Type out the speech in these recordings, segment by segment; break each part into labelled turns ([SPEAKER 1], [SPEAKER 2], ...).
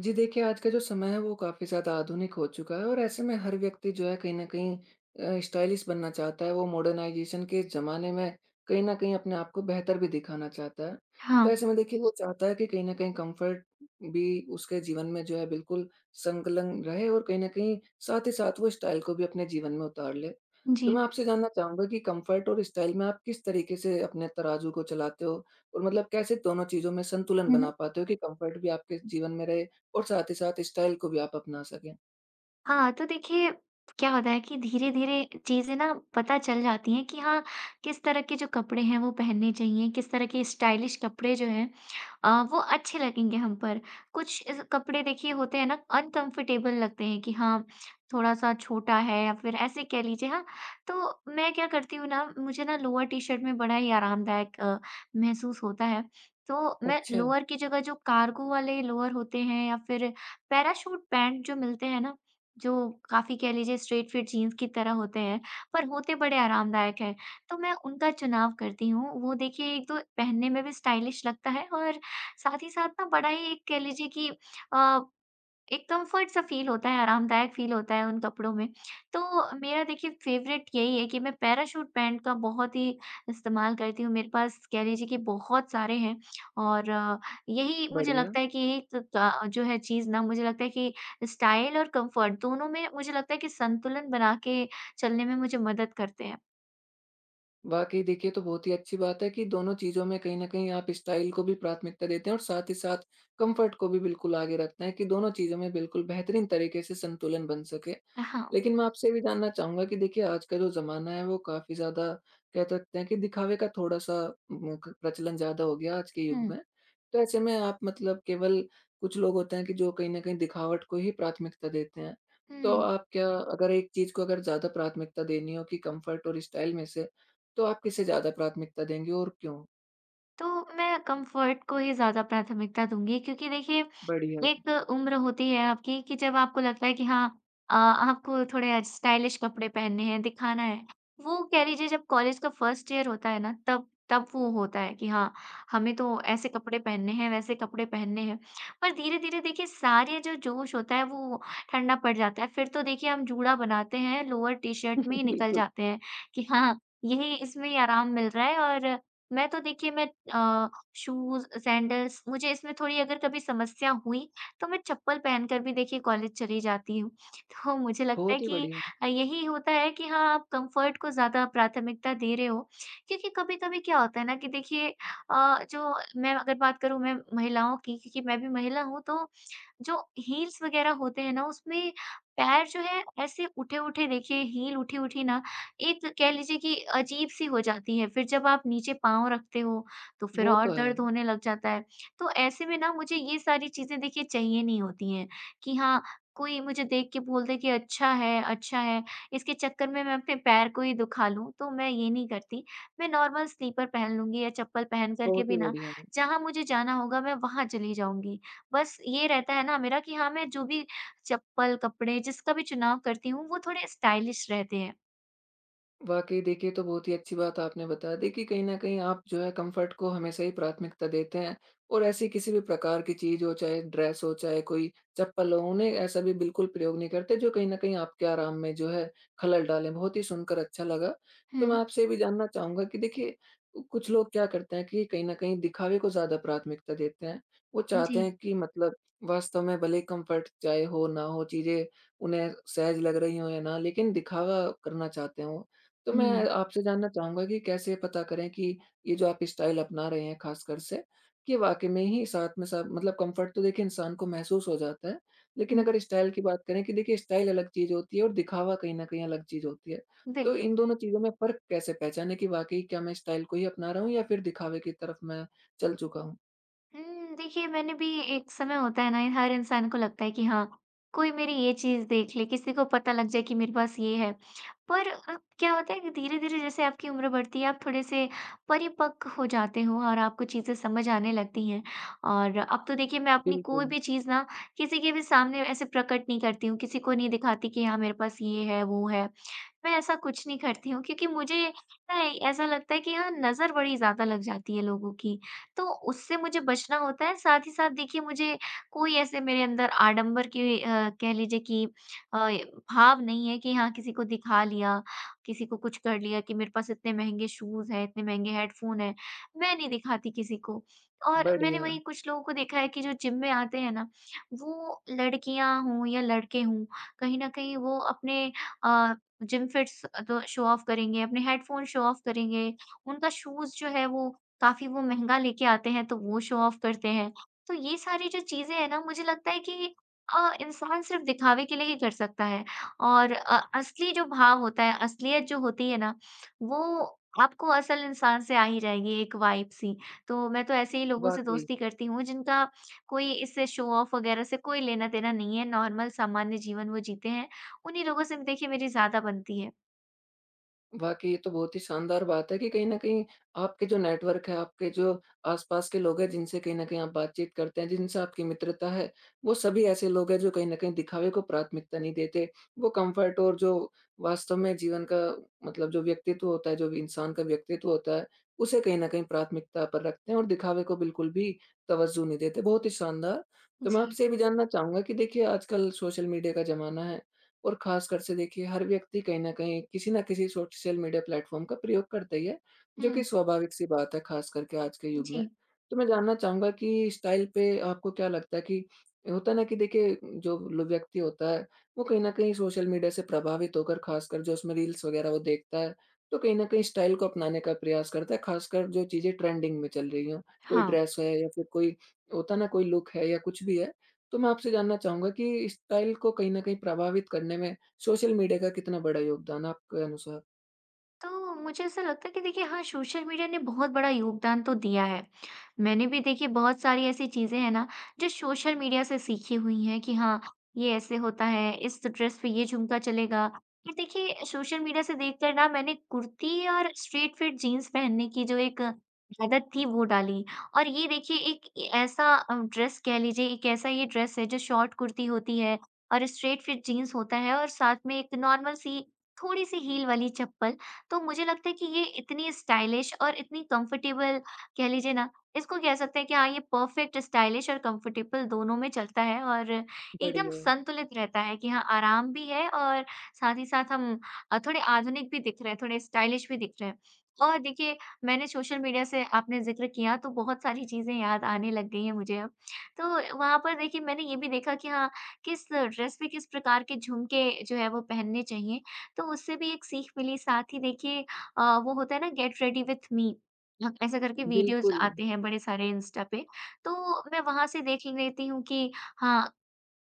[SPEAKER 1] जी देखिए, आज का जो समय है वो काफ़ी ज़्यादा आधुनिक हो चुका है और ऐसे में हर व्यक्ति जो है कहीं न कहीं स्टाइलिश बनना चाहता है। वो मॉडर्नाइज़ेशन के ज़माने में कहीं न कहीं अपने आप को बेहतर भी दिखाना चाहता है।
[SPEAKER 2] हाँ,
[SPEAKER 1] तो ऐसे में देखिए वो चाहता है कि कहीं न कहीं कम्फ़र्ट भी उसके जीवन में जो है बिल्कुल संलग्न रहे और कहीं न कहीं साथ ही साथ वो स्टाइल को भी अपने जीवन में उतार ले।
[SPEAKER 2] जी।
[SPEAKER 1] तो मैं आपसे जानना चाहूँगा कि कम्फ़र्ट और स्टाइल में आप किस तरीके से अपने तराजू को चलाते हो? और मतलब कैसे दोनों चीज़ों में संतुलन
[SPEAKER 2] हुँ,
[SPEAKER 1] बना
[SPEAKER 2] हुँ।
[SPEAKER 1] पाते हो कि कम्फ़र्ट भी आपके जीवन में रहे और साथ ही साथ स्टाइल को भी आप अपना सकें।
[SPEAKER 2] हाँ, तो देखिए क्या होता है कि धीरे-धीरे चीज़ें ना पता चल जाती हैं कि हाँ, किस तरह के जो कपड़े हैं वो पहनने चाहिए, किस तरह के स्टाइलिश कपड़े जो हैं वो अच्छे लगेंगे हम पर। कुछ इस कपड़े देखिए होते हैं ना अनकंफर्टेबल लगते हैं कि हाँ, थोड़ा-सा छोटा है या फिर ऐसे कह लीजिए हाँ। तो मैं क्या करती हूँ ना, मुझे ना लोअर टी-शर्ट में बड़ा ही आरामदायक महसूस होता है। तो मैं
[SPEAKER 1] अच्छा,
[SPEAKER 2] लोअर की जगह जो कार्गो वाले लोअर होते हैं या फिर पैराशूट पैंट जो मिलते हैं ना, जो काफ़ी कह लीजिए स्ट्रेट फिट जीन्स की तरह होते हैं, पर होते बड़े आरामदायक हैं, तो मैं उनका चुनाव करती हूँ। वो देखिए एक तो पहनने में भी स्टाइलिश लगता है और साथ ही साथ ना बड़ा ही एक कह लीजिए कि अ, एक कम्फ़र्ट सा फ़ील होता है, आरामदायक फ़ील होता है उन कपड़ों में। तो मेरा देखिए फ़ेवरेट यही है कि मैं पैराशूट पैंट का बहुत ही इस्तेमाल करती हूँ। मेरे पास कह लीजिए कि बहुत सारे हैं और यही मुझे
[SPEAKER 1] बढ़िया।
[SPEAKER 2] लगता है कि यही त ता जो है चीज़ ना, मुझे लगता है कि स्टाइल और कम्फ़र्ट दोनों में मुझे लगता है कि संतुलन बना के चलने में मुझे मदद करते हैं।
[SPEAKER 1] वाक़ई देखिए, ये तो बहुत ही अच्छी बात है कि दोनों चीज़ों में कहीं न कहीं आप स्टाइल को भी प्राथमिकता देते हैं और साथ ही साथ कम्फ़र्ट को भी बिल्कुल आगे रखते हैं कि दोनों चीज़ों में बिल्कुल बेहतरीन तरीके से संतुलन बन सके।
[SPEAKER 2] हाँ।
[SPEAKER 1] लेकिन मैं आपसे ये भी जानना चाहूँगा कि देखिए आज का जो ज़माना है वो काफ़ी ज़्यादा कह सकते हैं कि दिखावे का थोड़ा-सा उम, क प्रचलन ज़्यादा हो गया आज के युग
[SPEAKER 2] हुँ,
[SPEAKER 1] में। तो ऐसे में आप मतलब केवल कुछ लोग होते हैं कि जो कहीं न कहीं दिखावट को ही प्राथमिकता देते हैं। तो
[SPEAKER 2] हुँ।
[SPEAKER 1] आप क्या अगर एक चीज़ को अगर ज़्यादा प्राथमिकता देनी हो कि कम्फ़र्ट और स्टाइल में से, तो आप किसे ज़्यादा प्राथमिकता देंगे और क्यों?
[SPEAKER 2] तो मैं कम्फ़र्ट को ही ज़्यादा प्राथमिकता दूँगी, क्योंकि देखिए
[SPEAKER 1] बढ़िया।
[SPEAKER 2] एक उम्र होती है आपकी कि जब आपको लगता है कि हाँ, आपको थोड़े स्टाइलिश कपड़े पहनने हैं, दिखाना है। वो कह लीजिए जब कॉलेज का फर्स्ट ईयर होता है ना, तब तब वो होता है कि हाँ, हमें तो ऐसे कपड़े पहनने हैं, वैसे कपड़े पहनने हैं। पर धीरे-धीरे देखिए सारे जो जोश होता है वो ठंडा पड़ जाता है। फिर तो देखिए हम जूड़ा बनाते हैं, लोअर टी-शर्ट में ही निकल
[SPEAKER 1] बिल्कुल,
[SPEAKER 2] जाते हैं कि हाँ, यही इसमें ही आराम मिल रहा है। और मैं तो देखिए मैं अ, शूज़, सैंडल्स मुझे इसमें थोड़ी अगर कभी समस्या हुई, तो मैं चप्पल पहनकर भी देखिए कॉलेज चली जाती हूँ। तो मुझे लगता है
[SPEAKER 1] बहुत ही
[SPEAKER 2] कि
[SPEAKER 1] बढ़िया।
[SPEAKER 2] यही होता है कि हाँ, आप कम्फ़र्ट को ज़्यादा प्राथमिकता दे रहे हो, क्योंकि कभी-कभी क्या होता है ना कि देखिए जो मैं अगर बात करूँ, मैं महिलाओं की, क्योंकि मैं भी महिला हूँ, तो जो हील्स वगैरह होते हैं ना, उसमें पैर जो है ऐसे उठे-उठे, देखिए हील उठी-उठी ना, एक कह लीजिए कि अजीब-सी हो जाती है। फिर जब आप नीचे पाँव रखते हो, तो फिर
[SPEAKER 1] वो
[SPEAKER 2] और
[SPEAKER 1] तो है,
[SPEAKER 2] दर्द होने लग जाता है। तो ऐसे में ना मुझे ये सारी चीज़ें देखिए चाहिए नहीं होती हैं कि हाँ, कोई मुझे देख के बोल दे कि अच्छा है, इसके चक्कर में मैं अपने पैर को ही दुखा लूँ, तो मैं ये नहीं करती। मैं नॉर्मल स्लीपर पहन लूँगी या चप्पल पहन कर के
[SPEAKER 1] बहुत
[SPEAKER 2] भी
[SPEAKER 1] ही
[SPEAKER 2] ना,
[SPEAKER 1] बढ़िया।
[SPEAKER 2] जहाँ मुझे जाना होगा मैं वहाँ चली जाऊँगी। बस ये रहता है ना मेरा कि हाँ, मैं जो भी चप्पल, कपड़े जिसका भी चुनाव करती हूँ, वो थोड़े स्टाइलिश रहते हैं।
[SPEAKER 1] वाक़ई देखिए, ये तो बहुत ही अच्छी बात आपने बता दी कि कहीं न कहीं आप जो है कम्फ़र्ट को हमेशा ही प्राथमिकता देते हैं और ऐसी किसी भी प्रकार की चीज़ हो, चाहे ड्रेस हो, चाहे कोई चप्पल हो, उन्हें ऐसा भी बिल्कुल प्रयोग नहीं करते जो कहीं न कहीं आपके आराम में जो है खलल डालें। बहुत ही सुनकर अच्छा लगा। तो मैं
[SPEAKER 2] हुँ।
[SPEAKER 1] आपसे ये भी जानना चाहूँगा कि देखिए कुछ लोग क्या करते हैं कि कहीं न कहीं दिखावे को ज़्यादा प्राथमिकता देते हैं। वो
[SPEAKER 2] जी।
[SPEAKER 1] चाहते हैं कि मतलब वास्तव में भले ही कम्फ़र्ट चाहे हो ना हो, चीज़ें उन्हें सहज लग रही हों या ना, लेकिन दिखावा करना चाहते हैं वो। तो मैं
[SPEAKER 2] हुँ,
[SPEAKER 1] आपसे जानना चाहूँगा कि कैसे पता करें कि ये जो आप स्टाइल अपना रहे हैं खासकर से, कि वाक़ई में ही साथ में साथ मतलब कम्फ़र्ट तो देखिए इंसान को महसूस हो जाता है, लेकिन
[SPEAKER 2] हुँ।
[SPEAKER 1] अगर स्टाइल की बात करें कि देखिए स्टाइल अलग चीज़ होती है और दिखावा कहीं न कहीं अलग चीज़ होती है। तो
[SPEAKER 2] बिल्कुल।
[SPEAKER 1] इन दोनों चीज़ों में फ़र्क कैसे पहचानें कि वाक़ई क्या मैं स्टाइल को ही अपना रहा हूँ या फिर दिखावे की तरफ मैं चल चुका हूँ?
[SPEAKER 2] हुँ, देखिए मैंने भी, एक समय होता है ना हर इंसान को लगता है कि हाँ, कोई मेरी ये चीज़ देख ले, किसी को पता लग जाए कि मेरे पास ये है। पर क्या होता है कि धीरे-धीरे जैसे आपकी उम्र बढ़ती है, आप थोड़े-से परिपक्व हो जाते हो और आपको चीज़ें समझ आने लगती हैं। और अब तो देखिए मैं अपनी कोई
[SPEAKER 1] बिल्कुल,
[SPEAKER 2] भी चीज़ ना किसी के भी सामने ऐसे प्रकट नहीं करती हूँ, किसी को नहीं दिखाती कि हाँ, मेरे पास ये है, वो है। मैं ऐसा कुछ नहीं करती हूँ, क्योंकि मुझे ना ऐसा लगता है कि हाँ, नज़र बड़ी ज़्यादा लग जाती है लोगों की, तो उससे मुझे बचना होता है। साथ ही साथ देखिए मुझे कोई ऐसे, मेरे अंदर आडंबर की कह लीजिए कि अ, भाव नहीं है कि हाँ, किसी को दिखा लिया, किसी को कुछ कर लिया कि मेरे पास इतने महँगे शूज़ हैं, इतने महँगे हेडफ़ोन हैं, मैं नहीं दिखाती किसी को। और मैंने
[SPEAKER 1] बढ़िया,
[SPEAKER 2] वहीं कुछ लोगों को देखा है कि जो जिम में आते हैं ना, वो लड़कियाँ हों या लड़के हों, कहीं न कहीं वो अपने अ, जिम फिट्स तो शो ऑफ करेंगे, अपने हेडफ़ोन शो ऑफ करेंगे, उनका शूज़ जो है वो काफ़ी वो महँगा लेके आते हैं तो वो शो ऑफ करते हैं। तो ये सारी जो चीज़ें हैं ना, मुझे लगता है कि इंसान सिर्फ़ दिखावे के लिए ही कर सकता है और असली जो भाव होता है, असलियत जो होती है ना, वो आपको असल इंसान से आ ही जाएगी, एक वाइब सी। तो मैं तो ऐसे ही लोगों से
[SPEAKER 1] वाक़ई।
[SPEAKER 2] दोस्ती करती हूँ जिनका कोई इससे शो ऑफ वग़ैरह से कोई लेना-देना नहीं है, नॉर्मल सामान्य जीवन वो जीते हैं, उन्हीं लोगों से देखिए मेरी ज़्यादा बनती है।
[SPEAKER 1] वाक़ई ये तो बहुत ही शानदार बात है कि कहीं न कहीं आपके जो नेटवर्क है, आपके जो आस-पास के लोग हैं जिनसे कहीं न कहीं आप बातचीत करते हैं, जिनसे आपकी मित्रता है, वो सभी ऐसे लोग हैं जो कहीं न कहीं दिखावे को प्राथमिकता नहीं देते। वो कम्फ़र्ट और जो वास्तव में जीवन का मतलब जो व्यक्तित्व होता है, जो भी इंसान का व्यक्तित्व होता है, उसे कहीं न कहीं प्राथमिकता पर रखते हैं और दिखावे को बिल्कुल भी तवज्जो नहीं देते। बहुत ही शानदार! तो मैं
[SPEAKER 2] जी।
[SPEAKER 1] आपसे ये भी जानना चाहूँगा कि देखिए आजकल सोशल मीडिया का ज़माना है और ख़ासकर से देखिए हर व्यक्ति कहीं न कहीं किसी न किसी सोशल मीडिया प्लेटफ़ॉर्म का प्रयोग करता ही है, जो कि
[SPEAKER 2] हुँ,
[SPEAKER 1] स्वाभाविक-सी बात है ख़ास करके आज के युग में।
[SPEAKER 2] जी।
[SPEAKER 1] तो मैं जानना चाहूँगा कि स्टाइल पे आपको क्या लगता है कि होता है ना कि देखिए जो लो व्यक्ति होता है, वो कहीं न कहीं सोशल मीडिया से प्रभावित होकर ख़ासकर जो उसमें रील्स वग़ैरह वो देखता है, तो कहीं न कहीं स्टाइल को अपनाने का प्रयास करता है ख़ासकर जो चीज़ें ट्रेंडिंग में चल रही हों। कोई
[SPEAKER 2] हाँ।
[SPEAKER 1] ड्रेस है या फिर कोई होता है ना कोई लुक है या कुछ भी है, तो मैं आपसे जानना चाहूँगा कि स्टाइल को कहीं न कहीं प्रभावित करने में सोशल मीडिया का कितना बड़ा योगदान है आपके अनुसार?
[SPEAKER 2] तो मुझे ऐसा लगता है कि देखिए हाँ, सोशल मीडिया ने बहुत बड़ा योगदान तो दिया है। मैंने भी देखिए बहुत सारी ऐसी चीज़ें हैं ना जो सोशल मीडिया से सीखी हुई हैं कि हाँ, ये ऐसे होता है, इस ड्रेस पे ये झुमका चलेगा। फिर देखिए सोशल मीडिया से देखकर ना मैंने कुर्ती और स्ट्रेट फिट जीन्स पहनने की जो एक आदत थी वो डाली। और ये देखिए एक ए ऐसा ड्रेस, कह लीजिए एक ऐसा ये ड्रेस है जो शॉर्ट कुर्ती होती है और स्ट्रेट फिट जीन्स होता है और साथ में एक नॉर्मल सी थोड़ी-सी हील वाली चप्पल। तो मुझे लगता है कि ये इतनी स्टाइलिश और इतनी कंफर्टेबल, कह लीजिए ना, इसको कह सकते हैं कि हाँ, ये परफेक्ट स्टाइलिश और कंफर्टेबल दोनों में चलता है और एकदम
[SPEAKER 1] बढ़िया।
[SPEAKER 2] संतुलित रहता है कि हाँ, आराम भी है और साथ ही साथ हम थोड़े आधुनिक भी दिख रहे हैं, थोड़े स्टाइलिश भी दिख रहे हैं। और देखिए, मैंने सोशल मीडिया से, आपने ज़िक्र किया तो बहुत सारी चीज़ें याद आने लग गई हैं मुझे अब। तो वहाँ पर देखिए मैंने ये भी देखा कि हाँ, किस ड्रेस पे किस प्रकार के झुमके जो है वो पहनने चाहिए, तो उससे भी एक सीख मिली। साथ ही देखिए वो होता है ना गेट रेडी विथ मी, ऐसा करके वीडियोज़
[SPEAKER 1] बिल्कुल।
[SPEAKER 2] आते हैं बड़े सारे इंस्टा पे, तो मैं वहाँ से देख लेती हूँ कि हाँ,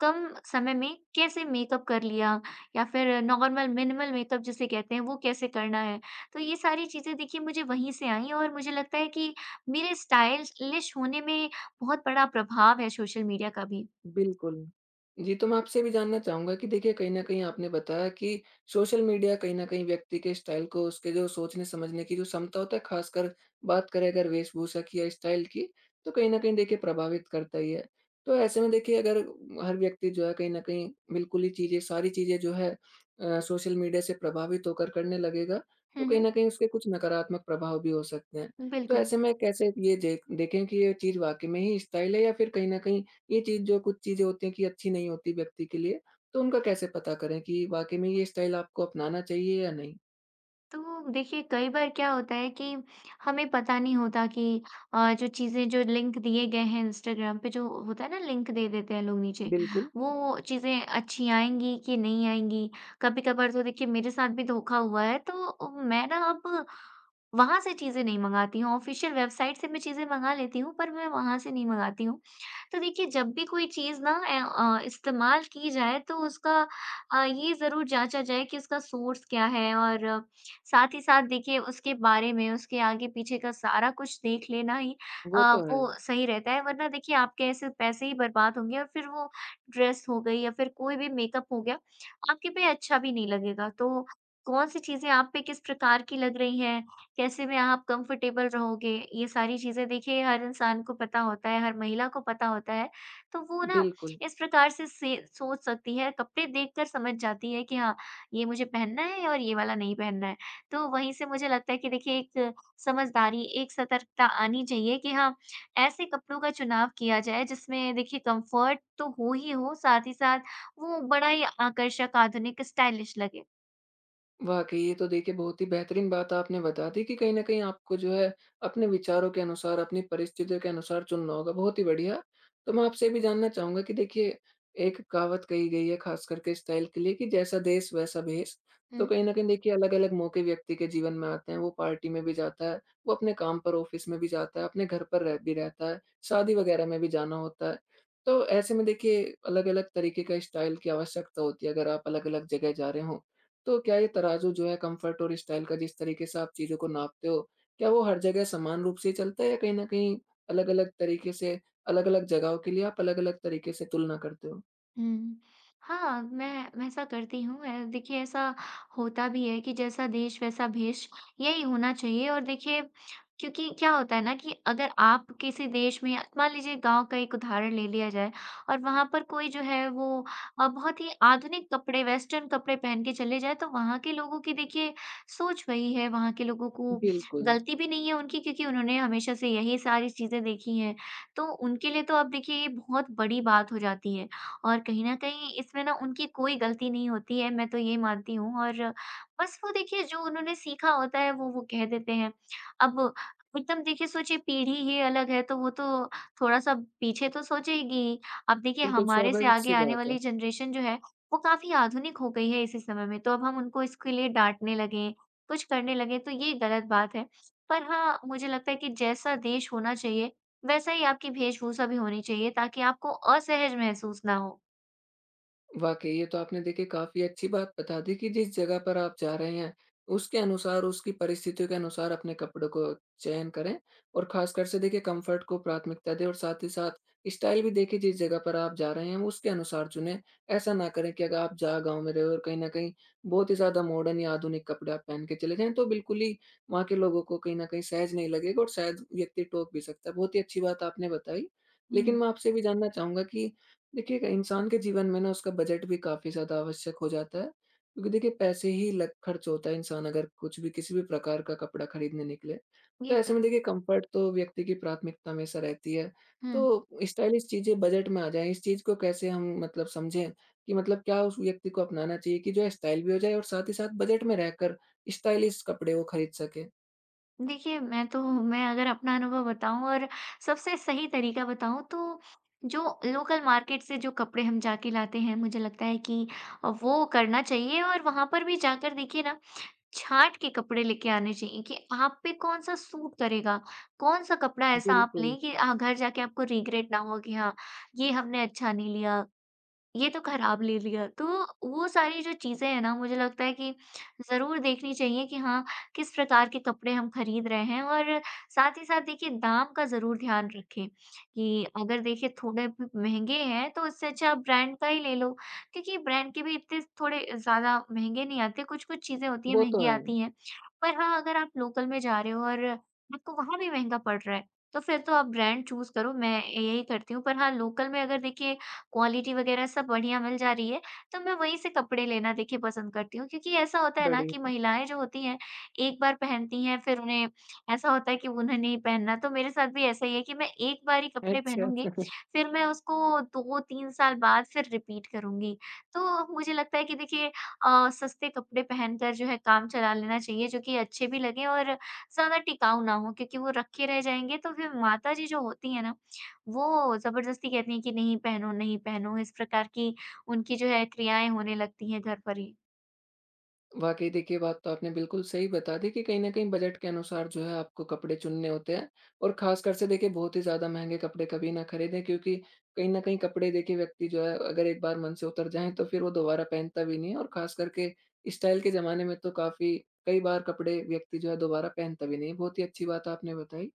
[SPEAKER 2] कम समय में कैसे मेकअप कर लिया या फिर नॉर्मल मिनिमल मेकअप जिसे कहते हैं वो कैसे करना है। तो ये सारी चीज़ें देखिए मुझे वहीं से आईं और मुझे लगता है कि मेरे स्टाइलिश होने में बहुत बड़ा प्रभाव है सोशल मीडिया का भी।
[SPEAKER 1] बिल्कुल। जी, तो मैं आपसे भी जानना चाहूँगा कि देखिए कहीं न कहीं आपने बताया कि सोशल मीडिया कहीं न कहीं व्यक्ति के स्टाइल को उसके जो सोचने-समझने की जो क्षमता होता है, ख़ासकर बात करें अगर वेशभूषा की या स्टाइल की, तो कहीं न कहीं देखिए प्रभावित करता ही है। तो ऐसे में देखिए अगर हर व्यक्ति जो है कहीं न कहीं बिल्कुल ही चीज़ें सारी चीज़ें जो है सोशल मीडिया से प्रभावित होकर करने लगेगा,
[SPEAKER 2] हुँ,
[SPEAKER 1] तो कहीं
[SPEAKER 2] हुँ।
[SPEAKER 1] न कहीं उसके कुछ नकारात्मक प्रभाव भी हो सकते हैं। तो
[SPEAKER 2] बिल्कुल।
[SPEAKER 1] ऐसे में कैसे ये जे देखें कि ये चीज़ वाक़ई में ही स्टाइल है या फिर कहीं न कहीं ये चीज़ जो कुछ चीज़ें होती हैं कि अच्छी नहीं होती व्यक्ति के लिए, तो उनका कैसे पता करें कि वाक़ई में ये स्टाइल आपको अपनाना चाहिए या नहीं? हुँ।
[SPEAKER 2] तो देखिए कई बार क्या होता है कि हमें पता नहीं होता कि जो चीज़ें, जो लिंक दिए गए हैं इंस्टाग्राम पे, जो होता है ना लिंक दे देते हैं लोग नीचे,
[SPEAKER 1] बिल्कुल,
[SPEAKER 2] वो चीज़ें अच्छी आएंगी कि नहीं आएंगी। कभी कभार तो देखिए मेरे साथ भी धोखा हुआ है, तो मैं ना अब वहाँ से चीज़ें नहीं मँगाती हूँ, ऑफ़िशियल वेबसाइट से मैं चीज़ें मँगा लेती हूँ, पर मैं वहाँ से नहीं मँगाती हूँ। तो देखिए जब भी कोई चीज़ ना इस्तेमाल की जाए तो उसका ये ज़रूर जाँचा जाए कि उसका सोर्स क्या है, और साथ ही साथ देखिए उसके बारे में, उसके आगे-पीछे का सारा कुछ देख लेना ही
[SPEAKER 1] वो तो है।
[SPEAKER 2] वो सही रहता है, वरना देखिए आपके ऐसे पैसे ही बर्बाद होंगे और फिर वो ड्रेस हो गई या फिर कोई भी मेकअप हो गया, आपके पे अच्छा भी नहीं लगेगा। तो कौन-सी चीज़ें आप पे किस प्रकार की लग रही हैं, कैसे में आप कंफर्टेबल रहोगे, ये सारी चीज़ें देखिए हर इंसान को पता होता है, हर महिला को पता होता है। तो वो ना
[SPEAKER 1] बिल्कुल।
[SPEAKER 2] इस प्रकार से सोच सकती है, कपड़े देखकर समझ जाती है कि हाँ, ये मुझे पहनना है और ये वाला नहीं पहनना है। तो वहीं से मुझे लगता है कि देखिए एक समझदारी, एक सतर्कता आनी चाहिए कि हाँ, ऐसे कपड़ों का चुनाव किया जाए जिसमें देखिए कंफर्ट तो हो ही हो, साथ ही साथ वो बड़ा ही आकर्षक, आधुनिक, स्टाइलिश लगे।
[SPEAKER 1] वाक़ई, ये तो देखिए बहुत ही बेहतरीन बात आपने बता दी कि कहीं न कहीं आपको जो है अपने विचारों के अनुसार, अपनी परिस्थितियों के अनुसार चुनना होगा, बहुत ही बढ़िया। तो मैं आपसे ये भी जानना चाहूँगा कि देखिए एक कहावत कही गई है ख़ास करके इस स्टाइल के लिए कि जैसा देश वैसा भेष। तो कहीं न कहीं देखिए अलग-अलग मौके व्यक्ति के जीवन में आते हैं, वो पार्टी में भी जाता है, वो अपने काम पर ऑफ़िस में भी जाता है, अपने घर पर रह भी रहता है, शादी वग़ैरह में भी जाना होता है। तो ऐसे में देखिए अलग-अलग तरीके का स्टाइल की आवश्यकता होती है अगर आप अलग-अलग जगह जा रहे हों। तो क्या ये तराजू जो है कंफर्ट और स्टाइल का जिस तरीके से आप चीज़ों को नापते हो, क्या वो हर जगह समान रूप से ही चलता है या कहीं न कहीं अलग-अलग तरीके से, अलग-अलग जगहों के लिए आप अलग-अलग तरीके से तुलना करते हो?
[SPEAKER 2] हुँ। हाँ, मैं ऐसा करती हूँ। देखिए ऐसा होता भी है कि जैसा देश वैसा भेष, यही होना चाहिए। और देखिए क्योंकि क्या होता है ना कि अगर आप किसी देश में, मान लीजिए गाँव का एक उदाहरण ले लिया जाए, और वहाँ पर कोई जो है वो बहुत ही आधुनिक कपड़े, वेस्टर्न कपड़े पहन के चले जाएँ, तो वहाँ के लोगों की देखिए सोच वही है, वहाँ के लोगों को,
[SPEAKER 1] बिल्कुल,
[SPEAKER 2] गलती भी नहीं है उनकी, क्योंकि उन्होंने हमेशा से यही सारी चीज़ें देखी हैं। तो उनके लिए तो अब देखिए ये बहुत बड़ी बात हो जाती है। और कहीं न कहीं इसमें ना उनकी कोई गलती नहीं होती है, मैं तो ये मानती हूँ, और बस वो देखिए जो उन्होंने सीखा होता है वो कह देते हैं। अब एकदम देखिए सोचिए, पीढ़ी ही अलग है तो वो तो थोड़ा-सा पीछे तो सोचेगी ही। अब देखिए
[SPEAKER 1] बिल्कुल
[SPEAKER 2] हमारे से
[SPEAKER 1] स्वाभाविक
[SPEAKER 2] आगे
[SPEAKER 1] सी
[SPEAKER 2] आने
[SPEAKER 1] बात है।
[SPEAKER 2] वाली जनरेशन जो है वो काफ़ी आधुनिक हो गई है इसी समय में, तो अब हम उनको इसके लिए डाँटने लगें, कुछ करने लगें, तो ये गलत बात है। पर हाँ, मुझे लगता है कि जैसा देश होना चाहिए वैसा ही आपकी वेशभूषा भी होनी चाहिए, ताकि आपको असहज महसूस ना हो।
[SPEAKER 1] वाक़ई, ये तो आपने देखिए काफ़ी अच्छी बात बता दी कि जिस जगह पर आप जा रहे हैं, उसके अनुसार, उसकी परिस्थितियों के अनुसार अपने कपड़ों को चयन करें और ख़ासकर से देखिए कम्फ़र्ट को प्राथमिकता दें और साथ ही साथ स्टाइल भी देखिए जिस जगह पर आप जा रहे हैं, उसके अनुसार चुनें। ऐसा ना करें कि अगर आप जहाँ गाँव में रहे हो और कहीं न कहीं बहुत ही ज़्यादा मॉडर्न या आधुनिक कपड़े आप पहन के चले जाएँ, तो बिल्कुल ही वहाँ के लोगों को कहीं न कहीं सहज नहीं लगेगा और शायद व्यक्ति टोक भी सकता है। बहुत ही अच्छी बात आपने बताई। लेकिन
[SPEAKER 2] हुँ,
[SPEAKER 1] मैं आपसे भी जानना चाहूँगा कि देखिए, एक इंसान के जीवन में ना उसका बजट भी काफ़ी ज़्यादा आवश्यक हो जाता है, क्योंकि देखिए पैसे ही लग खर्च होता है इंसान अगर कुछ भी किसी भी प्रकार का कपड़ा खरीदने निकले। तो
[SPEAKER 2] ये तो
[SPEAKER 1] ऐसे में
[SPEAKER 2] है।
[SPEAKER 1] देखिए कम्फ़र्ट तो व्यक्ति की प्राथमिकता हमेशा रहती है।
[SPEAKER 2] हुँ,
[SPEAKER 1] तो स्टाइलिश चीज़ें बजट में आ जाएँ, इस चीज़ को कैसे हम मतलब समझें कि मतलब क्या उस व्यक्ति को अपनाना चाहिए कि जो स्टाइल भी हो जाए और साथ ही साथ बजट में रहकर स्टाइलिश कपड़े वो खरीद सके?
[SPEAKER 2] देखिए मैं अगर अपना अनुभव बताऊँ और सबसे सही तरीका बताऊँ, तो जो लोकल मार्केट से जो कपड़े हम जाके लाते हैं, मुझे लगता है कि वो करना चाहिए, और वहाँ पर भी जाकर देखिए ना छाँट के कपड़े लेके आने चाहिए कि आप पे कौन-सा सूट करेगा, कौन-सा कपड़ा ऐसा आप
[SPEAKER 1] बिल्कुल।
[SPEAKER 2] लें कि घर जाके आपको रिग्रेट ना हो कि हाँ, ये हमने अच्छा नहीं लिया, ये तो खराब ले लिया। तो वो सारी जो चीज़ें हैं ना, मुझे लगता है कि ज़रूर देखनी चाहिए कि हाँ, किस प्रकार के कपड़े हम खरीद रहे हैं, और साथ ही साथ देखिए दाम का ज़रूर ध्यान रखें कि अगर देखिए थोड़े ब महँगे हैं तो उससे अच्छा आप ब्रांड का ही ले लो। क्योंकि ब्रांड के भी इतने थोड़े ज़्यादा महँगे नहीं आते, कुछ-कुछ चीज़ें होती हैं
[SPEAKER 1] वो तो
[SPEAKER 2] महँगी
[SPEAKER 1] है।
[SPEAKER 2] आती हैं। पर हाँ, अगर आप लोकल में जा रहे हो और आपको वहाँ भी महँगा पड़ रहा है, तो फिर तो आप ब्रांड चूज़ करो, मैं यही करती हूँ। पर हाँ, लोकल में अगर देखिए क्वालिटी वगैरह सब बढ़िया मिल जा रही है, तो मैं वहीं से कपड़े लेना देखिए पसंद करती हूँ। क्योंकि ऐसा होता है ना कि
[SPEAKER 1] बढ़िया।
[SPEAKER 2] महिलाएँ जो होती हैं, एक बार पहनती हैं फिर उन्हें ऐसा होता है कि उन्हें नहीं पहनना। तो मेरे साथ भी ऐसा ही है कि मैं एक बार ही कपड़े
[SPEAKER 1] अच्छा।
[SPEAKER 2] पहनूँगी, फिर मैं उसको 2-3 साल बाद फिर रिपीट करूँगी। तो मुझे लगता है कि देखिए सस्ते कपड़े पहनकर जो है काम चला लेना चाहिए जो कि अच्छे भी लगें और ज़्यादा टिकाऊ ना हों, क्योंकि वो रखे रह जाएँगे तो फिर माताजी जो होती हैं ना, वो ज़बरदस्ती कहती हैं कि नहीं पहनो, नहीं पहनो, इस प्रकार की उनकी जो है क्रियाएँ होने लगती हैं घर पर ही।
[SPEAKER 1] वाक़ई देखिए, बात तो आपने बिल्कुल सही बता दी कि कहीं न कहीं बजट के अनुसार जो है आपको कपड़े चुनने होते हैं और ख़ासकर से देखिए बहुत ही ज़्यादा महँगे कपड़े कभी ना खरीदें, क्योंकि कहीं न कहीं कपड़े देखिए व्यक्ति जो है अगर एक बार मन से उतर जाएँ तो फिर वो दोबारा पहनता भी नहीं है और ख़ास करके स्टाइल के ज़माने में तो काफ़ी कई बार कपड़े व्यक्ति जो है दोबारा पहनता भी नहीं है। बहुत ही अच्छी बात आपने बताई।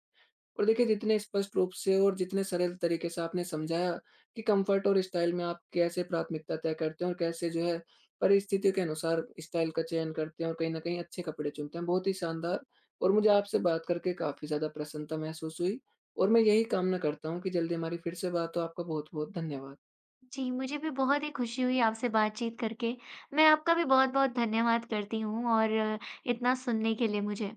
[SPEAKER 1] और देखिए, जितने स्पष्ट रूप से और जितने सरल तरीके से आपने समझाया कि कंफर्ट और स्टाइल में आप कैसे प्राथमिकता तय करते हैं और कैसे जो है परिस्थितियों के अनुसार स्टाइल का चयन करते हैं और कहीं ना कहीं अच्छे कपड़े चुनते हैं, बहुत ही शानदार। और मुझे आपसे बात करके काफी ज्यादा प्रसन्नता महसूस हुई और मैं यही कामना करता हूँ कि जल्दी हमारी फिर से बात हो। आपका बहुत बहुत धन्यवाद।
[SPEAKER 2] जी, मुझे भी बहुत ही खुशी हुई आपसे बातचीत करके। मैं आपका भी बहुत-बहुत धन्यवाद करती हूँ, और इतना सुनने के लिए मुझे।